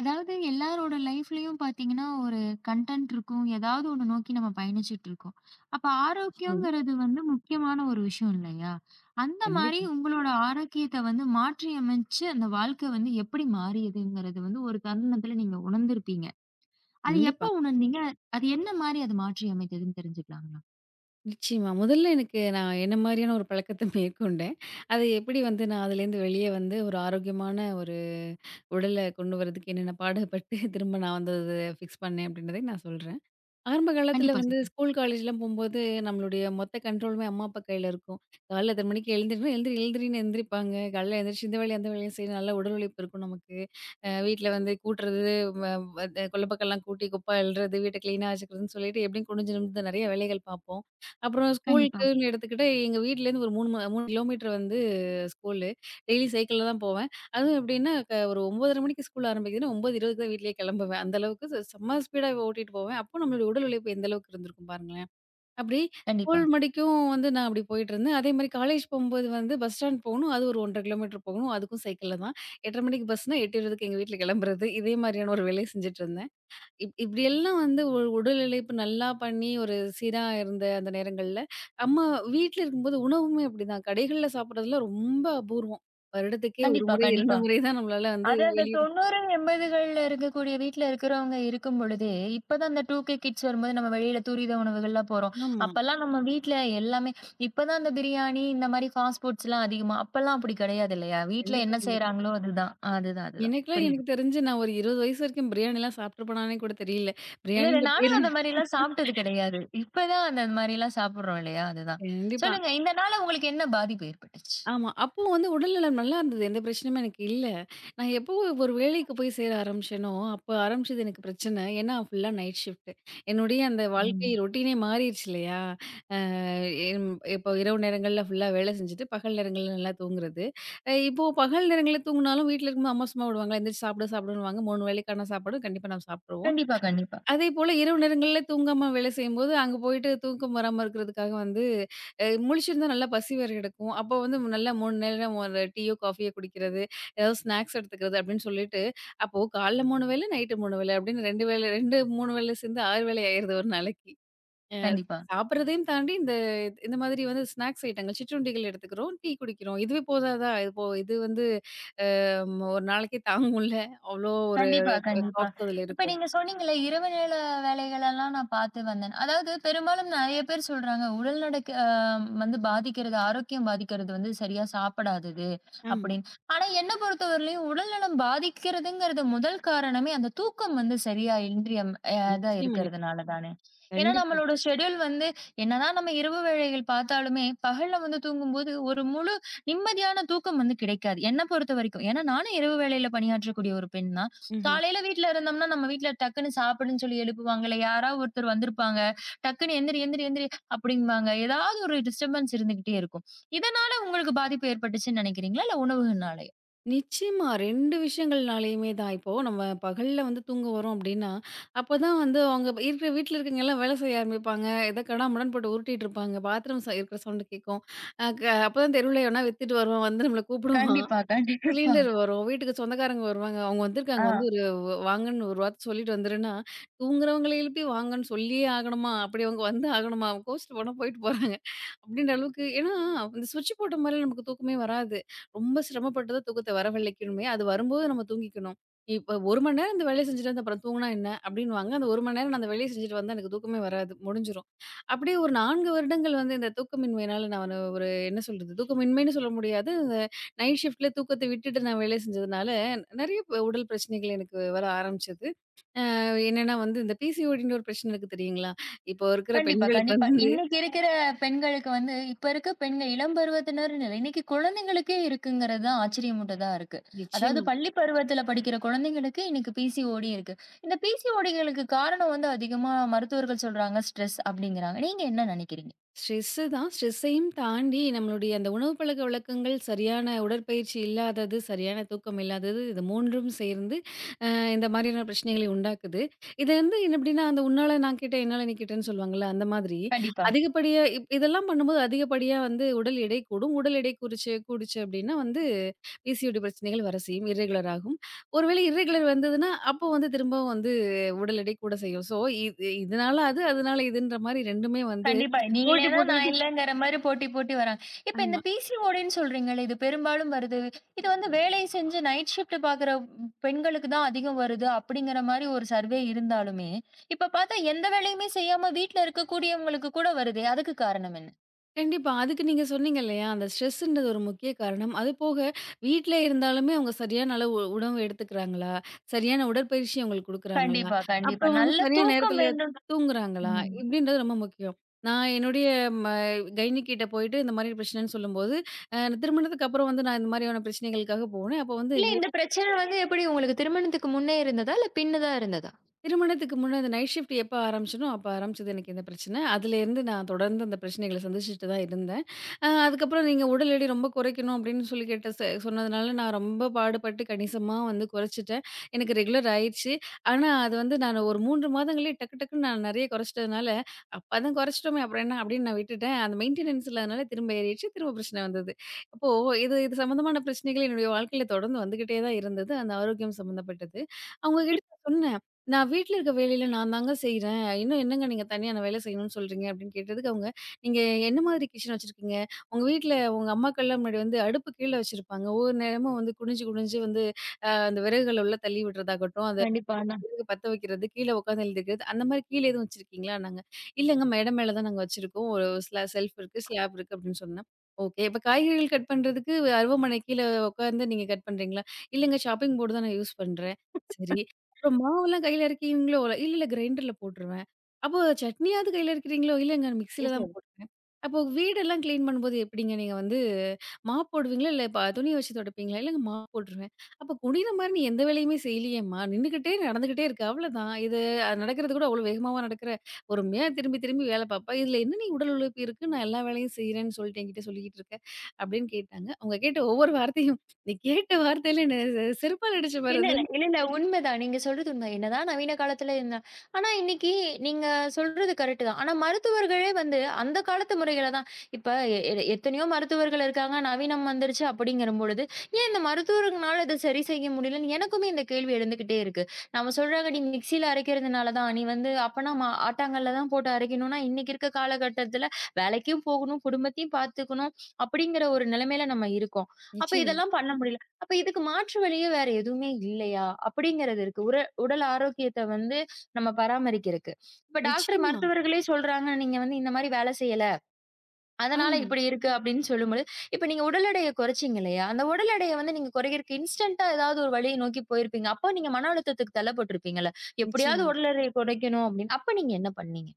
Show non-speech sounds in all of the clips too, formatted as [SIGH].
அதாவது எல்லாரோட லைஃப்லயும் பாத்தீங்கன்னா, ஒரு கன்டென்ட் இருக்கும். ஏதாவது ஒண்ணு நோக்கி நம்ம பயணிச்சுட்டு இருக்கோம். அப்ப நிச்சயமா. ஆரோக்கியங்கிறது வந்து முக்கியமான ஒரு விஷயம் இல்லையா? அந்த மாரி கண்டிப்பா, உங்களோட ஆரோக்கியத்த வந்து மாற்றி அமைச்சு, அந்த வாழ்க்கை வந்து எப்படி மாறியதுங்கிறது வந்து ஒரு தருணத்துல நீங்க உணர்ந்திருப்பீங்க. அது கண்டிப்பா. எப்ப உணர்ந்தீங்க? அது என்ன மாரி அது மாற்றி அமைத்ததுன்னு தெரிஞ்சுக்கலாங்களா? நிச்சயமா. முதல்ல எனக்கு நான் என்ன மாரியான ஒரு பழக்கத்த [LAUGHS] மேற்கொண்டேன். அது எப்படி வந்து நான் அதுலேருந்து வெளியே வந்து ஒரு ஆரோக்கியமான ஒரு உடல கொண்டு வரதுக்கு என்னென்ன பாடுபட்டு [LAUGHS] திரும்ப நான் வந்து அத ஃபிக்ஸ் பண்ணேன் அப்படின்றதை நான் சொல்றேன். ஆரம்ப காலத்துல கண்டிப்பா வந்து சொல்லுங்க. ஸ்கூல், காலேஜ்லாம் போம்போது, நம்மளுடைய மொத்த கண்ட்ரோலுமே அம்மா, அப்பா கையில இருக்கும். காலைல 8 மணிக்கு எழுந்திரினா, எழுந்திரி எழுந்திரின்னு எந்திரிப்பாங்க. காலைல எந்திரிச்சு இந்த வேலையும், அந்த வேலையும் செய்ய நல்ல உடல் உழைப்பு இருக்கும் நமக்கு. வீட்ல வந்து கூட்டுறது, வ வ கொல்லப்பக்கம்லாம் கூட்டி, குப்பை அள்ளுறது, வீட்ட கிளீனா வச்சுக்கிறதுன்னு சொல்லிட்டு எப்படியும் குனிஞ்சு நிமிந்து நெறைய வேலைகள் பார்ப்போம். அப்புறம் கண்டிப்பா. ஸ்கூலுக்குன்னு எடுத்துக்கிட்டா, எங்க வீட்லேருந்து ஒரு 3 3 கிலோமீட்டர் வந்து ஸ்கூலு. டெய்லி சைக்கிள்ல தான் போவேன். அதுவும் எப்படின்னா, ஒரு 9:30 மணிக்கு ஸ்கூல் ஆரம்பிக்குதுன்னா, 9:20க்கு தான் வீட்லயே கெளம்புவேன். அந்த அளவுக்கு செம்ம ஸ்பீடா ஓட்டிட்டு போவேன். அப்போ நம்மளுடைய உடல் உழைப்பு எந்த அளவுக்கு இருந்திருக்கும் பாருங்களேன். அப்படி ஸ்கூல் கண்டிப்பா. மடிக்கும் வந்து நான் அப்படி போயிட்டுருந்தேன். அதேமாரி காலேஜ் போம்போது வந்து பஸ் ஸ்டாண்ட் போகணும். அது ஒரு 1 1/2 கிலோமீட்டர் போகணும். அதுக்கும் சைக்கிள்ல தான். 8:30 மணிக்கு பஸ்னா 8:20க்கு எங்க வீட்ல கெளம்புறது. இதே மாதிரியான ஒரு வேலைய செஞ்சுட்டுருந்தேன். இப்படியெல்லாம் வந்து ஒரு உடல் உழைப்பு நல்லா பண்ணி ஒரு சீரா இருந்த அந்த நேரங்கள்ல, அம்மா வீட்ல இருக்கும்போது உணவுமே அப்படிதான். கடைகள்ல சாப்பிடுறதுல ரொம்ப அபூர்வம். வருடத்துக்கே 1 கண்டிப்பா, முறை, 2 கண்டிப்பா. முறை தான் நம்மளால வந்து அது அந்த வெளிய 90 80கள்ல இருக்கக்கூடிய வீட்ல இருக்கிறவங்க இருக்கும் பொழுதே, இப்பதான் அந்த 2கே கிட்ஸ் வரும்போது நம்ம வெளியில துரித உணவுகள்லாம் போறோம். ஆமா. அப்பல்லாம் நம்ம வீட்ல எல்லாமே இப்பதான் அந்த பிரியாணி இந்த மாரி ஃபாஸ்ட் ஃபுட்ஸ்லாம் அதிகமா, அப்பல்லாம் அப்படி கிடையாது இல்லையா? வீட்ல கண்டிப்பா, என்ன கண்டிப்பா. செய்றாங்களோ அதுதான். அதுதான், அதுதான். எனக்கெல்லாம் புரியுது. எனக்கு தெரிஞ்சு நான் ஒரு 20 வயசு வரைக்கும் பிரியாணிலாம் சாப்பிட்டுருப்பனானே கூட தெரியல. இல்ல, இல்ல. பிரியாணின்ற நானும் பேரு அந்த மாரிலாம் சாப்பிட்டது கிடையாது. இப்பதான் அந்த மாரிலாம் சாப்பிடுறோம் இல்லையா? அதுதான். கண்டிப்பா. சொல்லுங்க. இந்த நாள உங்களுக்கு என்ன பாதிப்பு ஏற்பட்டுச்சு? ஆமா. அப்போ வந்து உடல்நலம் நல்லா இருந்தது. எந்த பிரச்சனையுமே எனக்கு இல்ல. நான் எப்போ ஒரு வேலைக்கு போய் சேர ஆரம்பிச்சேனோ, அப்போ ஆரம்பிச்சது எனக்கு பிரச்சனை. ஏன்னா ஃபுல்லா நைட் ஷிஃப்ட். என்னுடைய அந்த வாழ்க்கை ம். ரொட்டீனே மாறிருச்சு இல்லையா? அ எம் இப்போ இரவு நேரங்கள்ல ஃபுல்லா வேலை செஞ்சுட்டு, பகல் நேரங்கள்ல நல்லா தூங்குறது. இப்போ பகல் நேரங்கள்ல தூங்குனாலும் வீட்ல இருக்கும்போது அம்மா சும்மா விடுவாங்களா? "எந்திரிச்சு சாப்பிடு சாப்பிடுன்னுவாங்க." 3 வேளைக்கான சாப்பாடு கண்டிப்பா நம்ம சாப்பிட்டுருவோம். கண்டிப்பா, கண்டிப்பா, அதேபோல இரவு நேரங்கள்ல தூங்காம வேலை செய்யும்போது, அங்க போயிட்டு தூக்கம் வராம இருக்கிறதுக்காக வந்து, முழிச்சிருந்தா நல்லா பசி வேற எடுக்கும். அப்போ வந்து நல்லா 3 நேரம் ஒரு டீயோ, காஃபியோ குடிக்கிறது, ஏதாவது ஸ்நாக்ஸ் எடுத்துக்கிறது அப்படின்னு சொல்லிட்டு, அப்போ காலைல 3 வேளை, நைட்டு 3 வேளை அப்படின்னு 2 வேளை 2, 3 வேளை சேர்ந்து 6 வேளை ஆயிருது ஒரு நாளைக்கு. கண்டிப்பா. சாப்பிடுறதையும் தாண்டி இந்த இந்த மாதிரி வந்து ஸ்நாக்ஸ் ஐட்டங்கள், சிற்றுண்டிகள் எடுத்துக்கிறோம், டீ குடிக்கிறோம். இதுவே போதாதா? இப்போ இது வந்து ஒரு நாளைக்கு தாங்கும்ல. அவ்ளோ ஒரு கண்டிப்பா, கண்டிப்பா. காப்ஸ் அதுல இப்ப இருக்கும். நீங்க சொன்னீங்கல்ல, இரவு நேர வேலைகளெல்லாம் நான் பார்த்து வந்தேன். அதாவது பெரும்பாலும் நெறைய பேர் சொல்றாங்க, உடல் நடக்க வந்து பாதிக்கிறது, ஆரோக்கியம் பாதிக்கிறது வந்து சரியா சாப்பிடாதது ஆமா. அப்படின்னு. ஆனா என்ன பொறுத்தவரையிலயும் உடல்நலம் பாதிக்கிறதுங்கிறது முதல் காரணமே அந்த தூக்கம் வந்து சரியா இன்றியம் இதா நிச்சயமா. இருக்கிறதுனால தானே. ஏன்னா கண்டிப்பா. நம்மளோட ஷெட்யூல் வந்து என்னதான் நம்ம இரவு வேளைகள் பார்த்தாலுமே, பகல்ல வந்து தூங்கும்போது ஒரு முழு நிம்மதியான தூக்கம் வந்து கிடைக்காது. என்ன பொறுத்தவரைக்கும். ஏன்னா நானும் இரவு வேளையில பணியாற்றக்கூடிய ஒரு பெண் தான். ம்ஹ்ம். காலையில வீட்ல இருந்தோம்னா, நம்ம வீட்ல டக்குன்னு சாப்பிடுன்னு சொல்லி எழுப்புவாங்கல்ல. யாராவது ஒருத்தர் வந்திருப்பாங்க. டக்குன்னு "எந்திரி, எந்திரி, எந்திரி" அப்படிம்பாங்க. ஏதாவது ஒரு டிஸ்டர்பன்ஸ் இருந்துகிட்டே இருக்கும். இதனால உங்களுக்கு பாதிப்பு ஏற்பட்டுச்சுன்னு நினைக்கிறீங்களா? இல்ல உணவுகள்னாலயா? நிச்சயமா 2 விஷயங்கள்னாலயுமே தான். இப்போ நம்ம பகல்ல வந்து தூங்க வரோம் அப்டின்னா, அப்பதான் வந்து அவங்க இருக்கிற வீட்ல இருக்கவங்க எல்லாம் வேலை செய்ய ஆரம்பிப்பாங்க. ஏதோ கடாமுடான்னு போட்டு உருட்டிட்டு இருப்பாங்க. பாத்ரூம் இருக்கிற சவுண்ட் கேட்கும். அ க அப்பதான் தெருவுல எவனா வித்துட்டு வருவான் வந்து நம்மள கூப்பிடுவான். கண்டிப்பா, கண்டிப்பா. சிலிண்டர் வரும். வீட்டுக்கு சொந்தக்காரங்க வருவாங்க. அவங்க வந்திருக்காங்க ஆ. வந்து ஒரு வாங்கன்னு ஒரு வார்த்தை சொல்லிட்டு வந்துருன்னா, தூங்குறவங்கள எழுப்பி வாங்கன்னு சொல்லியே ஆகணுமா? அப்படி அவங்க வந்து ஆகணுமா? கோச்சுட்டு போனா போயிட்டு போறாங்க. அப்படின்ற அளவுக்கு ஏன்னா, இந்த சுவிட்ச் போட்ட மாரிலாம் நமக்கு தூக்கமே வராது. ரொம்ப சிரமப்பட்டு தான் தூக்கத்த வரவழைக்கணுமே. அது வரும்போது நம்ம தூங்கிக்கணும். இப்ப 1 மணி நேரம் இந்த வேலைய செஞ்சுட்டு வந்து அப்புறம் தூங்குனா என்ன? அப்படின்னுவாங்க. அந்த 1 மணி நேரம் நான் அந்த வேலைய செஞ்சுட்டு வந்தா எனக்கு தூக்கமே வராது. முடிஞ்சிரும். அப்படியே ஒரு 4 வருடங்கள் வந்து இந்த தூக்கமின்மையினால நான் ஒரு என்ன சொல்றது? தூக்கமின்மைன்னு சொல்ல முடியாது. நைட் ஷிஃப்ட்ல தூக்கத்த விட்டுட்டு நான் வேலை செஞ்சதுனால, நெறைய உடல் பிரச்சனைகள் எனக்கு வர ஆரம்பிச்சது. அ என்னன்னா வந்து இந்த பிசிஓடின்னு ஒரு பிரச்சனை இருக்கு தெரியுங்களா? இப்போ இருக்கிற கண்டிப்பா, பெண்களுக்கு கண்டிப்பா. வந்து இன்னைக்கு இருக்கிற பெண்களுக்கு வந்து இப்ப இருக்க பெண்கள் இளம் பருவத்தினர்ன்னு இல்ல. இன்னைக்கு குழந்தைங்களுக்கே இருக்குங்கிறது தான் ஆச்சரியமூட்டதா இருக்கு. அதாவது நிச்சயமா. பள்ளி பருவத்தில படிக்கிற குழந்தைங்களுக்கு இன்னைக்கு பிசிஓடி இருக்கு. இந்த பிசிஓடிகளுக்கு காரணம் வந்து அதிகமா மருத்துவர்கள் சொல்றாங்க, ஸ்ட்ரெஸ் அப்படிங்கிறாங்க. நீங்க என்ன நினைக்கிறீங்க? ஸ்ட்ரெஸ்ஸு தான். ஸ்ட்ரெஸ்ஸையும் தாண்டி நம்மளுடைய அந்த உணவு பழக்கவழக்கங்கள், சரியான உடற்பயிற்சி இல்லாதது, சரியான தூக்கம் இல்லாதது, இது 3ம் சேர்ந்து அ இந்த மாரியான பிரச்சனைகளை உண்டாக்குது. இது வந்து என்ன அப்டின்னா, அந்த "உன்னால நான் கெட்டேன், என்னால நீ கெட்டேன்னு" சொல்லுவாங்கல்ல, அந்த மாதிரி கண்டிப்பா. அதிகப்படியா இதெல்லாம் பண்ணும்போது அதிகப்படியா வந்து உடல் எடை கூடும். உடல் எடை குறிச்சு கூடுச்சு அப்டின்னா வந்து பிசிஓடி பிரச்சனைகள் வர செய்யும். இர்ரெகுலர் ஆகும். ஒருவேளை இர்ரெகுலர் வந்ததுன்னா, அப்போ வந்து திரும்பவும் வந்து உடல் எடை கூட செய்யும். ஸோ, இது இதனால அது, அதனால இதுன்ற மாரி 2மே வந்து கண்டிப்பா. நீ போட்டி இல்லன்னா நான் போட்டுக்கிட்டு. இல்லங்கிற மாரி போட்டி போட்டி வராங்க. இப்ப இந்த ஆமா. பிசிஓடின்னு சொல்றீங்கல்ல, இது பெரும்பாலும் வருது. இது வந்து வேலை செஞ்சு நைட் ஷிஃப்ட் பாக்குற பெண்களுக்கு தான் அதிகம் வருது அப்படிங்கிற மாரி ஒரு சர்வே இருந்தாலுமே, இப்ப பார்த்தா எந்த வேலையுமே செய்யாம வீட்ல இருக்கக்கூடியவங்களுக்கு கூட வருதே. அதுக்கு காரணம் என்ன? கண்டிப்பா. அதுக்கு நீங்க சொன்னீங்க இல்லையா? அந்த ஸ்ட்ரெஸ்ன்றது ஒரு முக்கிய காரணம். அதுபோக வீட்ல இருந்தாலுமே அவங்க சரியான அளவு உணவு எடுத்துக்கிறாங்களா? சரியான உடற்பயிற்சி அவங்களுக்கு குடுக்குறாங்களா? கண்டிப்பா, கண்டிப்பா. அப்புறம் வந்து நல்ல சரியான தூக்கம் நேரத்துல வேண்டும். தூங்குறாங்களா? ம். இப்படின்றது ரொம்ப முக்கியம். நான் என்னுடைய ம கைனிக் கிட்ட போயிட்டு இந்த மாரி பிரச்சனைன்னு சொல்லும்போது, அ திருமணத்துக்கு அப்புறம் வந்து நான் இந்த மாரியான பிரச்சனைகளுக்காக போனேன். அப்போ வந்து இல்ல இந்த பிரச்சனை வந்து எப்படி உங்களுக்கு திருமணத்துக்கு முன்னே இருந்ததா? இல்ல பின்ன தான் இருந்ததா? திருமணத்துக்கு முன்ன அந்த நைட் ஷிஃப்ட் எப்ப ஆரம்பிச்சனோ, அப்ப ஆரம்பிச்சது எனக்கு இந்த பிரச்சன. அதுலேருந்து நான் தொடர்ந்து அந்த பிரச்சனைகள சந்திச்சுட்டு தான் இருந்தேன். அதுக்கப்புறம் நீங்க உடல் எடை ரொம்ப குறைக்கணும் அப்படின்னு சொல்லி கேட்ட சொன்னதுனால நான் ரொம்ப பாடுபட்டு கணிசமா வந்து குறைச்சுட்டேன். எனக்கு ரெகுலர் ஆயிருச்சு. ஆனா அது வந்து நான் ஒரு 3 மாதங்களே டக்கு டக்குன்னு நான் நெறைய குறைச்சிட்டதுனால, "அப்பதான் குறைச்சிட்டோமே அப்புறம் என்ன?" அப்படின்னு நான் விட்டுட்டேன். அந்த மெயின்டனன்ஸ் இல்லாதனால திரும்ப ஏறிடுச்சு. திரும்ப பிரச்சன வந்தது. அப்போ இது இது சம்மந்தமான பிரச்சனைகள் என்னுடைய வாழ்க்கையில தொடர்ந்து வந்துகிட்டே தான் இருந்தது. அந்த ஆரோக்கியம் சம்மந்தப்பட்டது. அவங்க கிட்ட இப் நான் சொன்னேன் நான் வீட்ல இருக்க வேலையில நான் தாங்க செய்றேன். இன்னும் என்னங்க நீங்க தனியா நான் வேலை செய்யணும்னு சொல்றீங்க அப்படின்னு கேட்டதுக்கு அவங்க, "நீங்க என்ன மாதிரி கிச்சன் வச்சிருக்கீங்க? உங்க வீட்ல உங்க அம்மாக்கள்லாம் முன்னாடி வந்து அடுப்பு கீழ வச்சிருப்பாங்க. ஒவ்வொரு நேரமும் வந்து குனிஞ்சு குனிஞ்சு வந்து அந்த விறகுகள் உள்ள தள்ளி விடுறதாகட்டும், அத கண்டிப்பா. நான் எடுத்து பத்த வைக்கிறது, கீழ உட்காந்து எழுதிக்கிறது, அந்த மாரி கீழ எதுவும் வச்சிருக்கீங்களான்னாங்க. இல்லங்க மேடை மேல தான் நாங்க வச்சிருக்கோம். ஒரு செல்ஃப் இருக்கு, ஸ்லாப் இருக்கு அப்டின்னு சொன்னேன். ஓகே. இப்ப காய்கறிகள் கட் பண்றதுக்கு அருவமனை கீழ உட்காந்து நீங்க கட் பண்றீங்களா? இல்லங்க ஷாப்பிங் போர்டு தான் நான் யூஸ் பண்றேன். சரி. அப்புறம் மாவெல்லாம் கையில அரைக்கிறீங்களோ? இல்ல, இல்ல கிரைண்டர்ல போட்டுருவேன். அப்போ சட்னியாவது கையில அரைக்கிறீங்களோ? இல்லங்க மிக்ஸில தான் பேசுறது போடுறேன். அப்போ வீடெல்லாம் கிளீன் பண்ணும்போது எப்டிங்க நீங்க வந்து மாப் போடுவீங்களா? இல்ல துணிய வச்சு துடைப்பீங்களா? இல்லங்க மாப் போட்டுருவேன். அப்ப குனியிற மாரி நீ எந்த வேலையுமே செய்யலையேம்மா! நின்னுகிட்டே நடந்துகிட்டே இருக்க. அவ்வளதான். இது அது நடக்கிறது கூட அவ்வளோ வேகமாவா நடக்கிற? பொறுமையா திரும்பி திரும்பி வேல பாப்பா! இதுல என்ன நீ உடல் உழைப்பு இருக்கு? நான் எல்லா வேலையும் செய்றேன்னு சொல்லிட்டு என்கிட்ட சொல்லிக்கிட்டு இருக்க? அப்படின்னு கேட்டாங்க. அவங்க கேட்ட ஒவ்வொரு வார்த்தையும் நீ கேட்ட வார்த்தையில என்ன செருப்பால அடிச்ச பாரு இல்ல, அது. இல்ல. இல்ல, இல்ல. உண்மைதான். நீங்க சொல்றது உண்மை. என்னதான் நவீன காலத்துல இருந்தா, ஆனா இன்னைக்கு நீங்க சொல்றது கரெக்ட் தான். ஆனா மருத்துவர்களே வந்து அந்த காலத்து முறைகள தான் இப்ப எ எ எத்தனையோ மருத்துவர்கள் இருக்காங்க. நவீனம் வந்துருச்சு அப்படிங்கிறபொழுது, ஏன் இந்த மருத்துவர்கள்னால இத சரி செய்ய முடியலன்னு எனக்குமே இந்த கேள்வி எழுந்துகிட்டே இருக்கு. நம்ம சொல்றாங்க, "நீ மிக்ஸியில அரைக்கிறதுனால தான். நீ வந்து அப்பன்னா ஆட்டாங்கல்ல தான் போட்டு அரைக்கணும்னா, இன்னைக்கு இருக்க காலகட்டத்துல வேலைக்கும் போகணும், குடும்பத்தையும் பார்த்துக்கணும்." அப்படிங்கிற ஒரு நிலைமையில நம்ம இருக்கோம். அப்ப நிச்சயமா, இதெல்லாம் பண்ண முடியல. அப்ப இதுக்கு மாற்று வழியே வேற எதுவுமே இல்லையா? அப்படிங்கிறது இருக்கு. உடல் ஆரோக்கியத்த வந்து நம்ம பராமரிக்கிறக்கு. இப்ப டாக்டர், நிச்சயமா. மருத்துவர்களே சொல்றாங்க, "நீங்க வந்து இந்த மாரி வேலை செய்யல. அதனால ஆமா. இப்படி இருக்கு." அப்படின்னு சொல்லும்பொழுது, இப்ப நீங்க உடல் எடைய குறைச்சீங்க இல்லையா? அந்த உடல் எடைய வந்து நீங்க குறைக்கிறக்கு இன்ஸ்டன்ட்டா ஏதாவது ஒரு வழிய நோக்கி போயிருப்பீங்க. அப்போ நீங்க மன அழுத்தத்துக்கு தள்ளப்பட்டுருப்பீங்கல்ல. நிச்சயமா. எப்படியாவது உடல் எடைய குறைக்கணும் அப்படின்னு. அப்ப நீங்க என்ன பண்ணீங்க?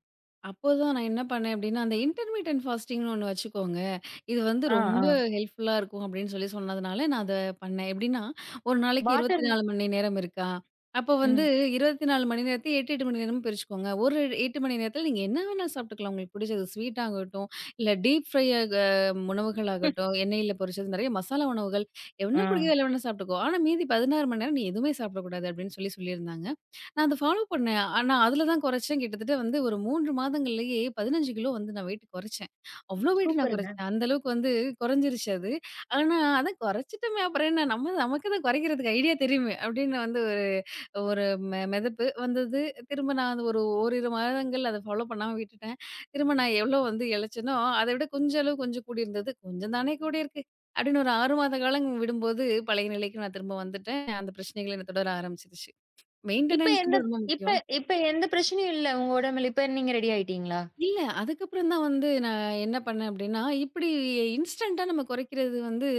அப்போதான் நான் என்ன பண்ணேன் அப்டின்னா, அந்த இன்டர்மிட்டன்ட் ஃபாஸ்டிங்ன்னு ஒண்ணு வச்சுக்கோங்க. இது வந்து ஆ, ரொம்ப ஆ. ஹெல்ப்ஃபுல்லா இருக்கும் அப்டின்னு சொல்லி சொன்னதுனால, நான் அத பண்ணேன். எப்டின்னா, ஒரு நாளைக்கு வாட்டர் மெலன். 24 மணி நேரம் இருக்கா? அப்போ வந்து ம். 24 மணி நேரத்த 8, 8 மணி நேரமா பிரிச்சுக்கோங்க. ஒரு 8 மணி நேரத்தில நீங்க என்ன வேணாலும் சாப்ட்டுக்கலாம். உங்களுக்கு பிடிச்சது ஸ்வீட் ஆகட்டும், இல்ல டீப் ஃப்ரை ஆக உணவுகள் ஆகட்டும், எண்ணெயில பொரிச்சது நெறைய மசாலா உணவுகள் என்ன ஆ. பிடிக்குதோ எல்லாம் வேணா சாப்ட்டுக்கோ. ஆனா மீதி 16 மணி நேரம் நீ எதுவுமே சாப்பிடக்கூடாது அப்டின்னு சொல்லி சொல்லியிருந்தாங்க. நான் அத ஃபாலோ பண்ணேன். ஆனா, அதுல தான் குறைச்சேன். கிட்டத்தட்ட வந்து ஒரு 3 மாதங்கள்லயே 15 கிலோ வந்து நான் வெயிட் குறைச்சேன். அவ்ளோ வெயிட் நான் சூப்பருங்க. குறைச்சேன். அந்த அளவுக்கு வந்து குறைஞ்சிருச்சு அது. ஆனா, அதான் குறைச்சுட்டோமே அப்புறம் என்ன? நம்ம நமக்கு தான் குறைக்கிறதுக்கு ஐடியா தெரியுமே! அப்படின்னு வந்து ஒரு ஒரு மெ மெதப்பு வந்தது. திரும்ப நான் அது ஒரு ஓரிரு மாதங்கள் அத ஃபாலோ பண்ணாம விட்டுட்டேன். திரும்ப நான் எவ்ளோ வந்து இளைச்சேனோ, அத விட கொஞ்ச அளவு கொஞ்சம் கூடியிருந்தது. "கொஞ்சம் தானே கூடியிருக்கு" அப்படின்னு ஒரு 6 மாத காலம் விடும்போது, பழைய நிலைக்கு நான் திரும்ப வந்துட்டேன். அந்த பிரச்சனைகள் என்ன தொடர ஆரம்பிச்சுருச்சு. இப்ப எந்த மெயின்டனன்ஸ்ன்றது ரொம்ப இப்ப முக்கியம். இப்ப எந்த பிரச்சனையும் இல்ல உங்க உடம்புல. இப்ப நீங்க ரெடி ஆயிட்டீங்களா? இல்ல. அதுக்கப்புறம் தான் வந்து நான் என்ன பண்ணேன் அப்டின்னா, இன்ஸ்டன்ட்டா நம்ம குறைக்கிறது வந்து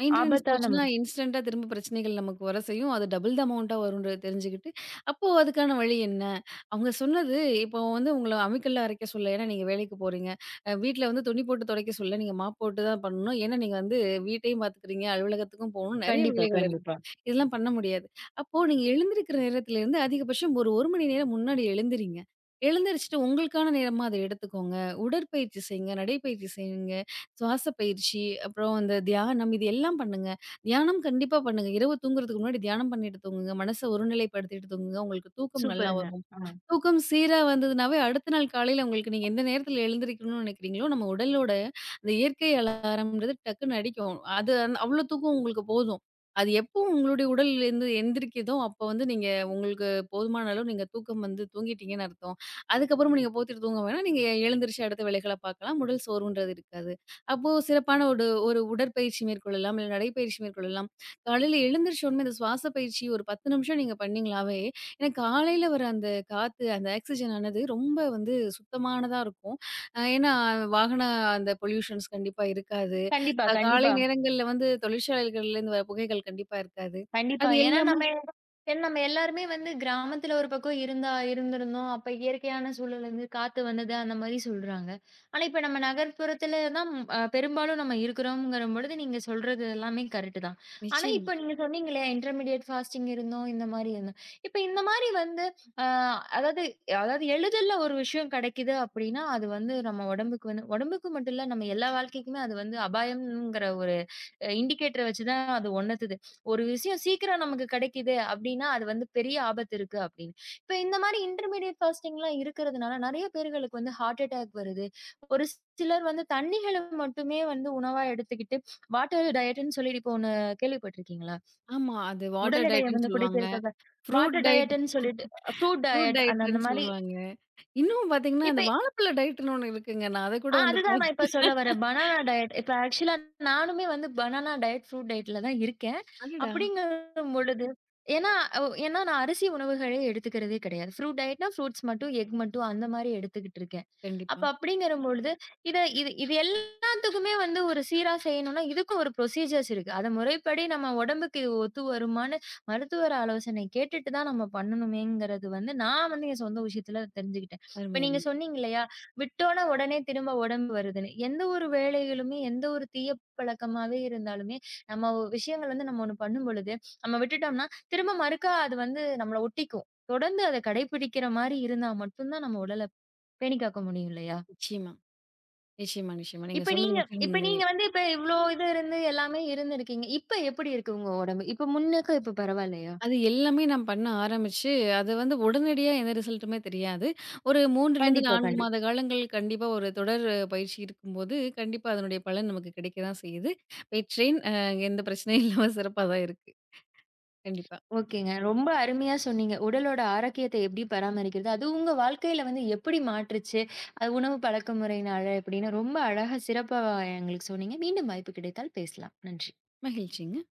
மெயின்டனன்ஸ் ஆபத்தான போச்சுன்னா, முறை. இன்ஸ்டன்ட்டா திரும்ப பிரச்சனைகள் நமக்கு வர செய்யும். அது டபுள் அமௌண்ட்டா வரும்ன்றத தெரிஞ்சுக்கிட்டு, அப்போ அதுக்கான வழி என்ன? அவங்க சொன்னது இப்போ வந்து உங்கள அம்மிக்கல்ல அரைக்க சொல்லல. ஏன்னா நீங்க வேலைக்கு போறீங்க. வீட்ல வந்து துணி போட்டு துடைக்க சொல்லல. நீங்க மாப் போட்டு தான் பண்ணணும். ஏன்னா நீங்க வந்து வீட்டையும் பார்த்துக்கிறீங்க, அலுவலகத்துக்கும் போகணும். நெறைய கண்டிப்பா, வேலைகள் இருக்கு. கண்டிப்பா. இதெல்லாம் பண்ண முடியாது. அப்போ நீங்க எழுந்திருக்கிற நேரத்திலேருந்து அதிகபட்சம் ஒரு 1 மணி நேரம் முன்னாடி எழுந்திரீங்க. எழுந்திரிச்சுட்டு உங்களுக்கான நேரமா அத எடுத்துக்கோங்க. உடற்பயிற்சி செய்யுங்க, நடைப்பயிற்சி செய்யுங்க, சுவாச பயிற்சி, அப்புறம் அந்த தியானம் இது எல்லாம் பண்ணுங்க. தியானம் கண்டிப்பா பண்ணுங்க. இரவு தூங்குறதுக்கு முன்னாடி தியானம் பண்ணிட்டு தூங்குங்க. மனச ஒருநிலைப்படுத்திட்டு தூங்குங்க. உங்களுக்கு தூக்கம் நல்லா சூப்பருங்க. வரும். ஆ. தூக்கம் சீரா வந்ததுனாவே அடுத்த நாள் காலையில உங்களுக்கு நீங்க எந்த நேரத்துல எழுந்திரிக்கணும்னு நினைக்கிறீங்களோ, நம்ம உடலோட அந்த இயற்கை அலாரம்ன்றது டக்குன்னு அடிக்கும். அது அவ்ளோ தூக்கம் உங்களுக்கு போதும். அது எப்போ உங்களுடைய உடல்லேருந்து எந்திரிக்குதோ, அப்போ வந்து நீங்க உங்களுக்கு போதுமான அளவு நீங்க தூக்கம் வந்து தூங்கிட்டீங்கன்னு அர்த்தம். அதுக்கப்புறமும் நீங்க போத்திட்டு தூங்க வேணாம். நீங்க எழுந்திரிச்சு அடுத்த வேலைகள பார்க்கலாம். உடல் சோர்வுன்றது இருக்காது. அப்போ சிறப்பான ஒரு ஒரு உடற்பயிற்சி மேற்கொள்ளலாம். இல்ல நடைப்பயிற்சி மேற்கொள்ளலாம். காலையில எழுந்திரிச்ச உடனே இந்த சுவாச பயிற்சி ஒரு 10 நிமிஷம் நீங்க பண்ணீங்களாவே, ஏன்னா காலையில வர அந்த காத்து, அந்த ஆக்ஸிஜன் ஆனது ரொம்ப வந்து சுத்தமானதா இருக்கும். ஏன்னா வாகன அந்த பொல்யூஷன்ஸ் கண்டிப்பா இருக்காது. கண்டிப்பா, காலை கண்டிப்பா. நேரங்கள்ல வந்து தொழிற்சாலைகள்லேருந்து வர புகைகள் கண்டிப்பா இருக்காது. கண்டிப்பா. அது எல்லாமே ஏன்னா நம்ம எல்லாருமே வந்து கிராமத்துல ஒரு பக்கம் இருந்தா இருந்திருந்தோம். அப்ப இயற்கையான சூழல்லேருந்து காத்து வந்தது அந்த மாரி சொல்றாங்க. ஆனா இப்ப நம்ம நகர்ப்புறத்துல தான் பெரும்பாலும் நம்ம இருக்கிறோம்ங்கிற பொழுது நீங்க சொல்றது எல்லாமே கரெக்ட் தான். ஆனா நிச்சயமா. இப்ப நீங்க சொன்னீங்களே இன்டர்மீடியேட் ஃபாஸ்டிங் இருந்தோம், இந்த மாரி இருந்தோம். இப்ப இந்த மாரி வந்து அ அதாவது அதாவது எளிதில ஒரு விஷயம் கிடைக்குது அப்படின்னா, அது வந்து நம்ம உடம்புக்கு வந்து உடம்புக்கு மட்டும் இல்ல நம்ம எல்லா வாழ்க்கைக்குமே அது வந்து அபாயம்ங்கிற இண்டிகேட்டர வச்சு தான் அது உணர்த்துது. ஒரு விஷயம் சீக்கிரம் நமக்கு கிடைக்குது அப்டின்னா, அது வந்து பெரிய ஆபத்து இருக்கு அப்டின்னு. இப்ப இந்த மாரி இன்டர்மீடியேட் ஃபாஸ்டிங்லாம் இருக்கிறதுனால நெறைய பேர்களுக்கு வந்து ஹார்ட் அட்டாக் வருது. ஒரு சிலர் வந்து தண்ணீகள மட்டுமே வந்து உணவா எடுத்துக்கிட்டு, வாட்டர் டயட்ன்னு சொல்லிட்டு இப்போ ஒண்ணு கேள்விப்பட்டுருக்கீங்களா? ஆமா. அது உடல் வாட்டர் எடைய டயட்ன்னு வந்து சொல்லுவாங்க. குறைக்கிறதுக்காக ஃப்ரூட் வாட்டர் டயட் டயட்ன்னு சொல்லிட்டு, ஃப்ரூட் ஃப்ரூட் டயட் அந்த அந்த டயட்டுன்னு மாரி சொல்லுவாங்க. இன்னும் பார்த்தீங்கன்னா, இப்ப அந்த வாழைப்பழ டயட்டுன்னு ஒண்ணு இருக்குங்க. நான் அத கூட ஆ வந்து அதுதான் பாத் நான் இப்ப சொல்ல வரேன். Banana diet. இப்ப ஆக்சுவலா நானுமே வந்து பனானா டயட், ஃப்ரூட் டயட்ல தான் இருக்கேன். அடடா! அப்படிங்கும் பொழுது ஏன்னா ஏன்னா நான் அரிசி உணவுகளே எடுத்துக்கிறதே கிடையாது. ஃப்ரூட் டயட்னா ஃப்ரூட்ஸ் மட்டும், எக் மட்டும் அந்த மாரி எடுத்துக்கிட்டு இருக்கேன். அப்ப கண்டிப்பா. அப்படிங்கிற பொழுது, இத இது இது எல்லாத்துக்குமே வந்து ஒரு சீரா செய்யணும்னா, இதுக்கும் ஒரு ப்ரொசீஜர்ஸ் இருக்கு. அத முறைப்படி நம்ம உடம்புக்கு இது ஒத்து வருமான்னு மருத்துவர் ஆலோசனை கேட்டுட்டு தான் நம்ம பண்ணணுமேங்கிறது வந்து நான் வந்து என் சொந்த விஷயத்துல தெரிஞ்சுக்கிட்டேன். இப்ப அருமை, நீங்க அருமை. சொன்னீங்க இல்லையா? விட்டோன உடனே திரும்ப உடம்பு வருதுன்னு. எந்த ஒரு வேலைகளுமே, எந்த ஒரு தீய பழக்கமாவே இருந்தாலுமே, நம்ம விஷயங்கள் வந்து நம்ம ஒண்ணு பண்ணும்பொழுது, நம்ம விட்டுட்டோம்னா, திரும்ப மறுக்கா அது வந்து நம்மள ஒட்டிக்கும். தொடர்ந்து அத கடைபிடிக்கிற மாரி இருந்தா மட்டும் தான் நம்ம உடல பேணி காக்க முடியும் இல்லையா? நிச்சயமா, நிச்சயமா, நிச்சயமா. நீங்க இப்ப சொன்னது நீங்க முற்றிலும் இப்ப உண்மையே. நீங்க வந்து இப்ப இவ்ளோ இது இருந்து எல்லாமே இருந்திருக்கீங்க. இப்ப எப்படி இருக்கு உங்க உடம்பு? இப்ப முன்னக்கும் இப்ப பரவால்லையா? அது எல்லாமே நான் பண்ண ஆரம்பிச்சு, அது வந்து உடனடியா எந்த ரிசல்ட்டுமே தெரியாது. ஒரு 3லிருந்து கண்டிப்பா, 4 கண்டிப்பா. மாத காலங்கள் கண்டிப்பா ஒரு தொடர் பயிற்சி இருக்கும்போது, கண்டிப்பா அதனுடைய பலன் நமக்கு கிடைக்க தான் செய்யுது. பெற்றேன். எந்த பிரச்சனையும் இல்லாம சிறப்பா தான் இருக்கு. கண்டிப்பா. ஓகேங்க. ரொம்ப அருமையா சொன்னீங்க. உடலோட ஆரோக்கியத்த எப்படி பராமரிக்கிறது? அது உங்க வாழ்க்கையில வந்து எப்படி மாற்றுச்சு? அது உணவு பழக்கமுறையினால எப்படின்னு ரொம்ப அழகா சிறப்பா எங்களுக்கு சொன்னீங்க. மீண்டும் வாய்ப்பு கிடைத்தால் பேசலாம். நன்றி. மகிழ்ச்சிங்க.